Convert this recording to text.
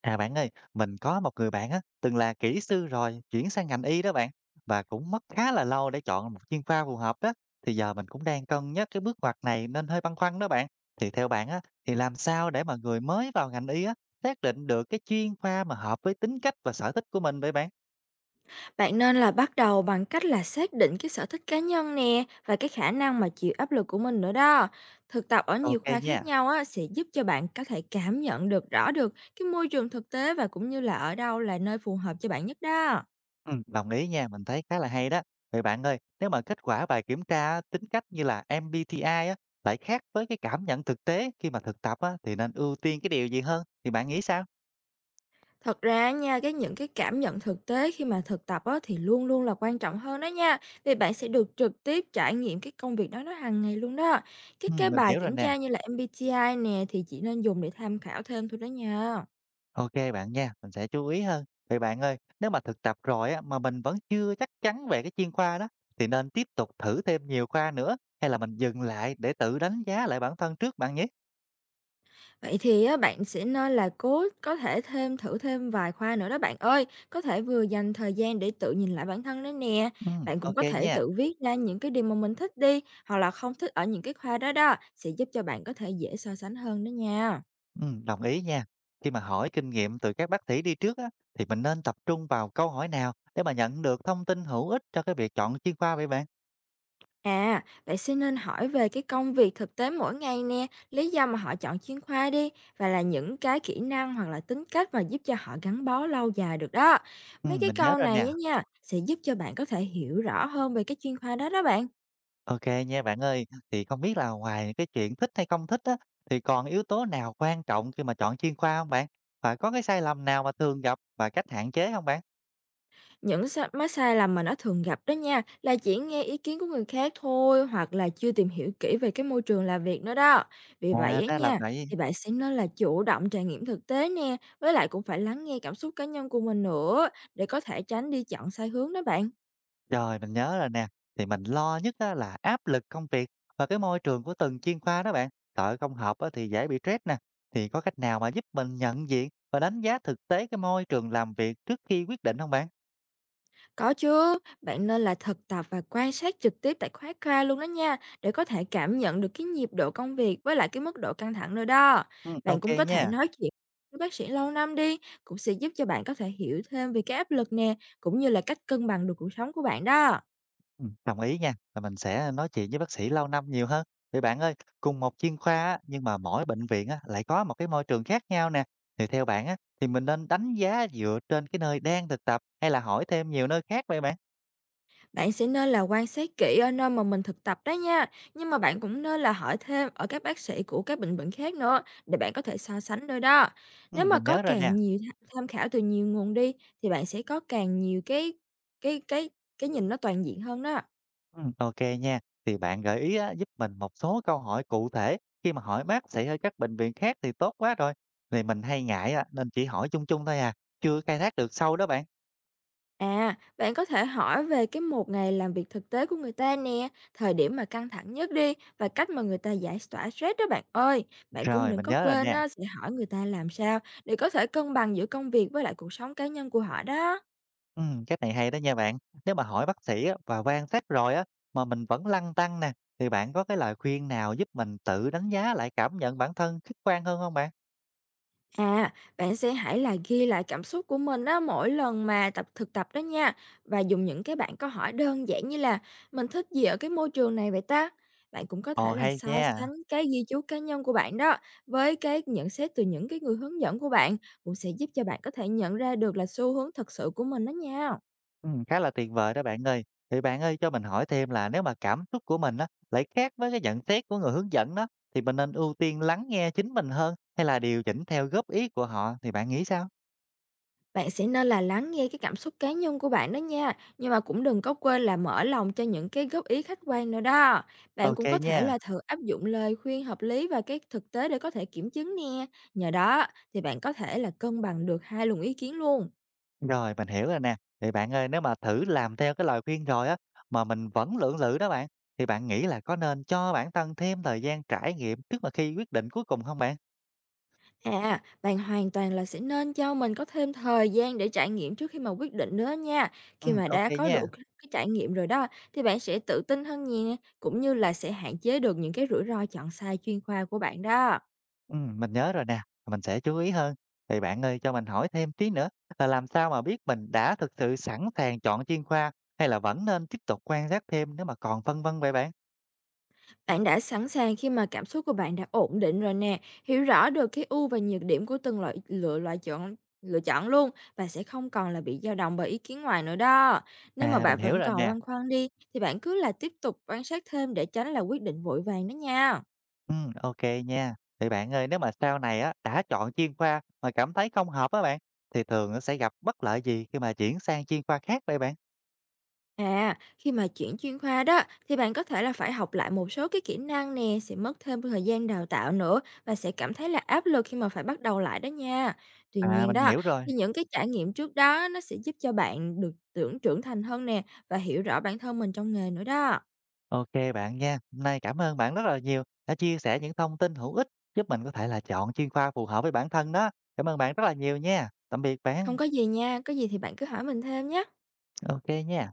À bạn ơi, mình có một người bạn á, từng là kỹ sư rồi chuyển sang ngành y đó bạn và cũng mất khá là lâu để chọn một chuyên khoa phù hợp đó. Thì giờ mình cũng đang cân nhắc cái bước ngoặt này nên hơi băn khoăn đó bạn. Thì theo bạn á, thì làm sao để mà người mới vào ngành y á, xác định được cái chuyên khoa mà hợp với tính cách và sở thích của mình vậy bạn? Bạn nên là bắt đầu bằng cách là xác định cái sở thích cá nhân nè và cái khả năng mà chịu áp lực của mình nữa đó. Thực tập ở nhiều Ok khoa khác nha. nhau á, sẽ giúp cho bạn có thể cảm nhận được rõ được cái môi trường thực tế và cũng như là ở đâu là nơi phù hợp cho bạn nhất đó. Ừ, đồng ý nha, mình thấy khá là hay đó. Vậy bạn ơi, nếu mà kết quả bài kiểm tra á, tính cách như là MBTI á, lại khác với cái cảm nhận thực tế khi mà thực tập á, thì nên ưu tiên cái điều gì hơn? Thì bạn nghĩ sao? Thật ra nha, những cái cảm nhận thực tế khi mà thực tập á, thì luôn luôn là quan trọng hơn đó nha. Vì bạn sẽ được trực tiếp trải nghiệm cái công việc đó nó hàng ngày luôn đó. cái cái Mình bài hiểu rồi kiểm nè. tra như là MBTI nè thì chỉ nên dùng để tham khảo thêm thôi đó nha. Ok bạn nha, mình sẽ chú ý hơn. Vậy bạn ơi, nếu mà thực tập rồi á, mà mình vẫn chưa chắc chắn về cái chuyên khoa đó, thì nên tiếp tục thử thêm nhiều khoa nữa, hay là mình dừng lại để tự đánh giá lại bản thân trước bạn nhé? Vậy thì á, bạn sẽ nên là cố có thể thêm thử thêm vài khoa nữa đó bạn ơi, có thể vừa dành thời gian để tự nhìn lại bản thân đó nè, bạn Ô cũng có thể nha. tự viết ra những cái điều mà mình thích đi, hoặc là không thích ở những cái khoa đó đó, sẽ giúp cho bạn có thể dễ so sánh hơn đó nha. Ừm, đồng ý nha. Khi mà hỏi kinh nghiệm từ các bác sĩ đi trước á, thì mình nên tập trung vào câu hỏi nào để mà nhận được thông tin hữu ích cho cái việc chọn chuyên khoa vậy bạn? À, bạn sẽ nên hỏi về cái công việc thực tế mỗi ngày nè, lý do mà họ chọn chuyên khoa đi, và là những cái kỹ năng hoặc là tính cách mà giúp cho họ gắn bó lâu dài được đó. Mấy cái Mình nhớ câu rồi này nè. á nha, sẽ giúp cho bạn có thể hiểu rõ hơn về cái chuyên khoa đó đó bạn. OK kê nha bạn ơi. Thì không biết là ngoài những cái chuyện thích hay không thích á, thì còn yếu tố nào quan trọng khi mà chọn chuyên khoa không bạn? Và có cái sai lầm nào mà thường gặp và cách hạn chế không bạn? Những sai lầm mà nó thường gặp đó nha, là chỉ nghe ý kiến của người khác thôi hoặc là chưa tìm hiểu kỹ về cái môi trường làm việc nữa đó. Vì vậy À, á ra là nha, vậy. thì bạn sẽ nên là chủ động trải nghiệm thực tế nè, với lại cũng phải lắng nghe cảm xúc cá nhân của mình nữa để có thể tránh đi chọn sai hướng đó bạn. Rồi, mình nhớ rồi nè. Thì mình lo nhất á là áp lực công việc và cái môi trường của từng chuyên khoa đó bạn. Sợ không hợp á thì dễ bị stress nè. Thì có cách nào mà giúp mình nhận diện và đánh giá thực tế cái môi trường làm việc trước khi quyết định không bạn? Có chứ, bạn nên là thực tập và quan sát trực tiếp tại khoa luôn đó nha, để có thể cảm nhận được cái nhịp độ công việc với lại cái mức độ căng thẳng nữa đó. Ô Bạn cũng có thể nha. nói chuyện với bác sĩ lâu năm đi, cũng sẽ giúp cho bạn có thể hiểu thêm về cái áp lực nè, cũng như là cách cân bằng được cuộc sống của bạn đó. Đồng ý nha, và mình sẽ nói chuyện với bác sĩ lâu năm nhiều hơn. Vậy bạn ơi, cùng một chuyên khoa á, nhưng mà mỗi bệnh viện á, lại có một cái môi trường khác nhau nè. Thì theo bạn á, thì mình nên đánh giá dựa trên cái nơi đang thực tập hay là hỏi thêm nhiều nơi khác vậy bạn? Bạn sẽ nên là quan sát kỹ ở nơi mà mình thực tập đó nha. Nhưng mà bạn cũng nên là hỏi thêm ở các bác sĩ của các bệnh viện khác nữa để bạn có thể so sánh đôi đó. Nếu mà Mình có nhớ rồi nè. càng nhiều tham khảo từ nhiều nguồn đi thì bạn sẽ có càng nhiều cái cái cái nhìn nó toàn diện hơn đó. Ok nha. Thì bạn gợi ý á, giúp mình một số câu hỏi cụ thể khi mà hỏi bác sĩ ở các bệnh viện khác thì tốt quá rồi. Thì mình hay ngại á, nên chỉ hỏi chung chung thôi à, chưa khai thác được sâu đó bạn. À, bạn có thể hỏi về cái một ngày làm việc thực tế của người ta nè, thời điểm mà căng thẳng nhất đi và cách mà người ta giải tỏa stress đó bạn ơi. Bạn cũng Rồi, đừng mình có nhớ rồi quên nè. á, sẽ hỏi người ta làm sao để có thể cân bằng giữa công việc với lại cuộc sống cá nhân của họ đó. Cái này hay đó nha bạn. Nếu mà hỏi bác sĩ á, và quan sát rồi á, mà mình vẫn lăn tăn nè, thì bạn có cái lời khuyên nào giúp mình tự đánh giá lại cảm nhận bản thân khách quan hơn không bạn? À, bạn sẽ hãy là ghi lại cảm xúc của mình á mỗi lần mà thực tập đó nha, và dùng những cái bạn câu hỏi đơn giản như là mình thích gì ở cái môi trường này vậy ta? Bạn cũng có Ồ thể là hay so nha. sánh cái ghi chú cá nhân của bạn đó với cái nhận xét từ những cái người hướng dẫn của bạn, cũng sẽ giúp cho bạn có thể nhận ra được là xu hướng thật sự của mình đó nha. Khá là tuyệt vời đó bạn ơi. Thì bạn ơi cho mình hỏi thêm là nếu mà cảm xúc của mình á, lại khác với cái nhận xét của người hướng dẫn đó, thì mình nên ưu tiên lắng nghe chính mình hơn hay là điều chỉnh theo góp ý của họ thì bạn nghĩ sao? Bạn sẽ nên là lắng nghe cái cảm xúc cá nhân của bạn đó nha, nhưng mà cũng đừng có quên là mở lòng cho những cái góp ý khách quan nữa đó. Bạn Ok cũng có thể nha. là thử áp dụng lời khuyên hợp lý và cái thực tế để có thể kiểm chứng nè. Nhờ đó thì bạn có thể là cân bằng được hai luồng ý kiến luôn. Rồi, mình hiểu rồi nè. Thì bạn ơi, nếu mà thử làm theo cái lời khuyên rồi á, mà mình vẫn lưỡng lự đó bạn, thì bạn nghĩ là có nên cho bản thân thêm thời gian trải nghiệm trước mà khi quyết định cuối cùng không bạn? À, bạn hoàn toàn là sẽ nên cho mình có thêm thời gian để trải nghiệm trước khi mà quyết định nữa nha. Ừ, Khi mà ok đã có nha. đủ cái trải nghiệm rồi đó thì bạn sẽ tự tin hơn nhẹ, cũng như là sẽ hạn chế được những cái rủi ro chọn sai chuyên khoa của bạn đó. Mình nhớ rồi nè, mình sẽ chú ý hơn. Thì bạn ơi, cho mình hỏi thêm tí nữa là làm sao mà biết mình đã thực sự sẵn sàng chọn chuyên khoa hay là vẫn nên tiếp tục quan sát thêm nếu mà còn phân vân vậy bạn? Bạn đã sẵn sàng khi mà cảm xúc của bạn đã ổn định rồi nè, hiểu rõ được cái ưu và nhược điểm của từng loại lựa chọn luôn, và sẽ không còn là bị dao động bởi ý kiến ngoài nữa đó. Nếu mà À, mình bạn hiểu vẫn rồi còn nè. băn khoăn đi thì bạn cứ là tiếp tục quan sát thêm để tránh là quyết định vội vàng đó nha. Ok nha. Vậy bạn ơi, nếu mà sau này á, đã chọn chuyên khoa mà cảm thấy không hợp á bạn, thì thường nó sẽ gặp bất lợi gì khi mà chuyển sang chuyên khoa khác vậy bạn? À, khi mà chuyển chuyên khoa đó thì bạn có thể là phải học lại một số cái kỹ năng nè, sẽ mất thêm thời gian đào tạo nữa và sẽ cảm thấy là áp lực khi mà phải bắt đầu lại đó nha. Tuy À, nhiên mình đó hiểu rồi. thì những cái trải nghiệm trước đó nó sẽ giúp cho bạn được trưởng thành hơn nè, và hiểu rõ bản thân mình trong nghề nữa đó. Ok bạn nha. Hôm nay cảm ơn bạn rất là nhiều đã chia sẻ những thông tin hữu ích giúp mình có thể là chọn chuyên khoa phù hợp với bản thân đó. Cảm ơn bạn rất là nhiều nha. Tạm biệt Không bạn. có gì nha, có gì thì bạn cứ hỏi mình thêm nhé. Ok nha.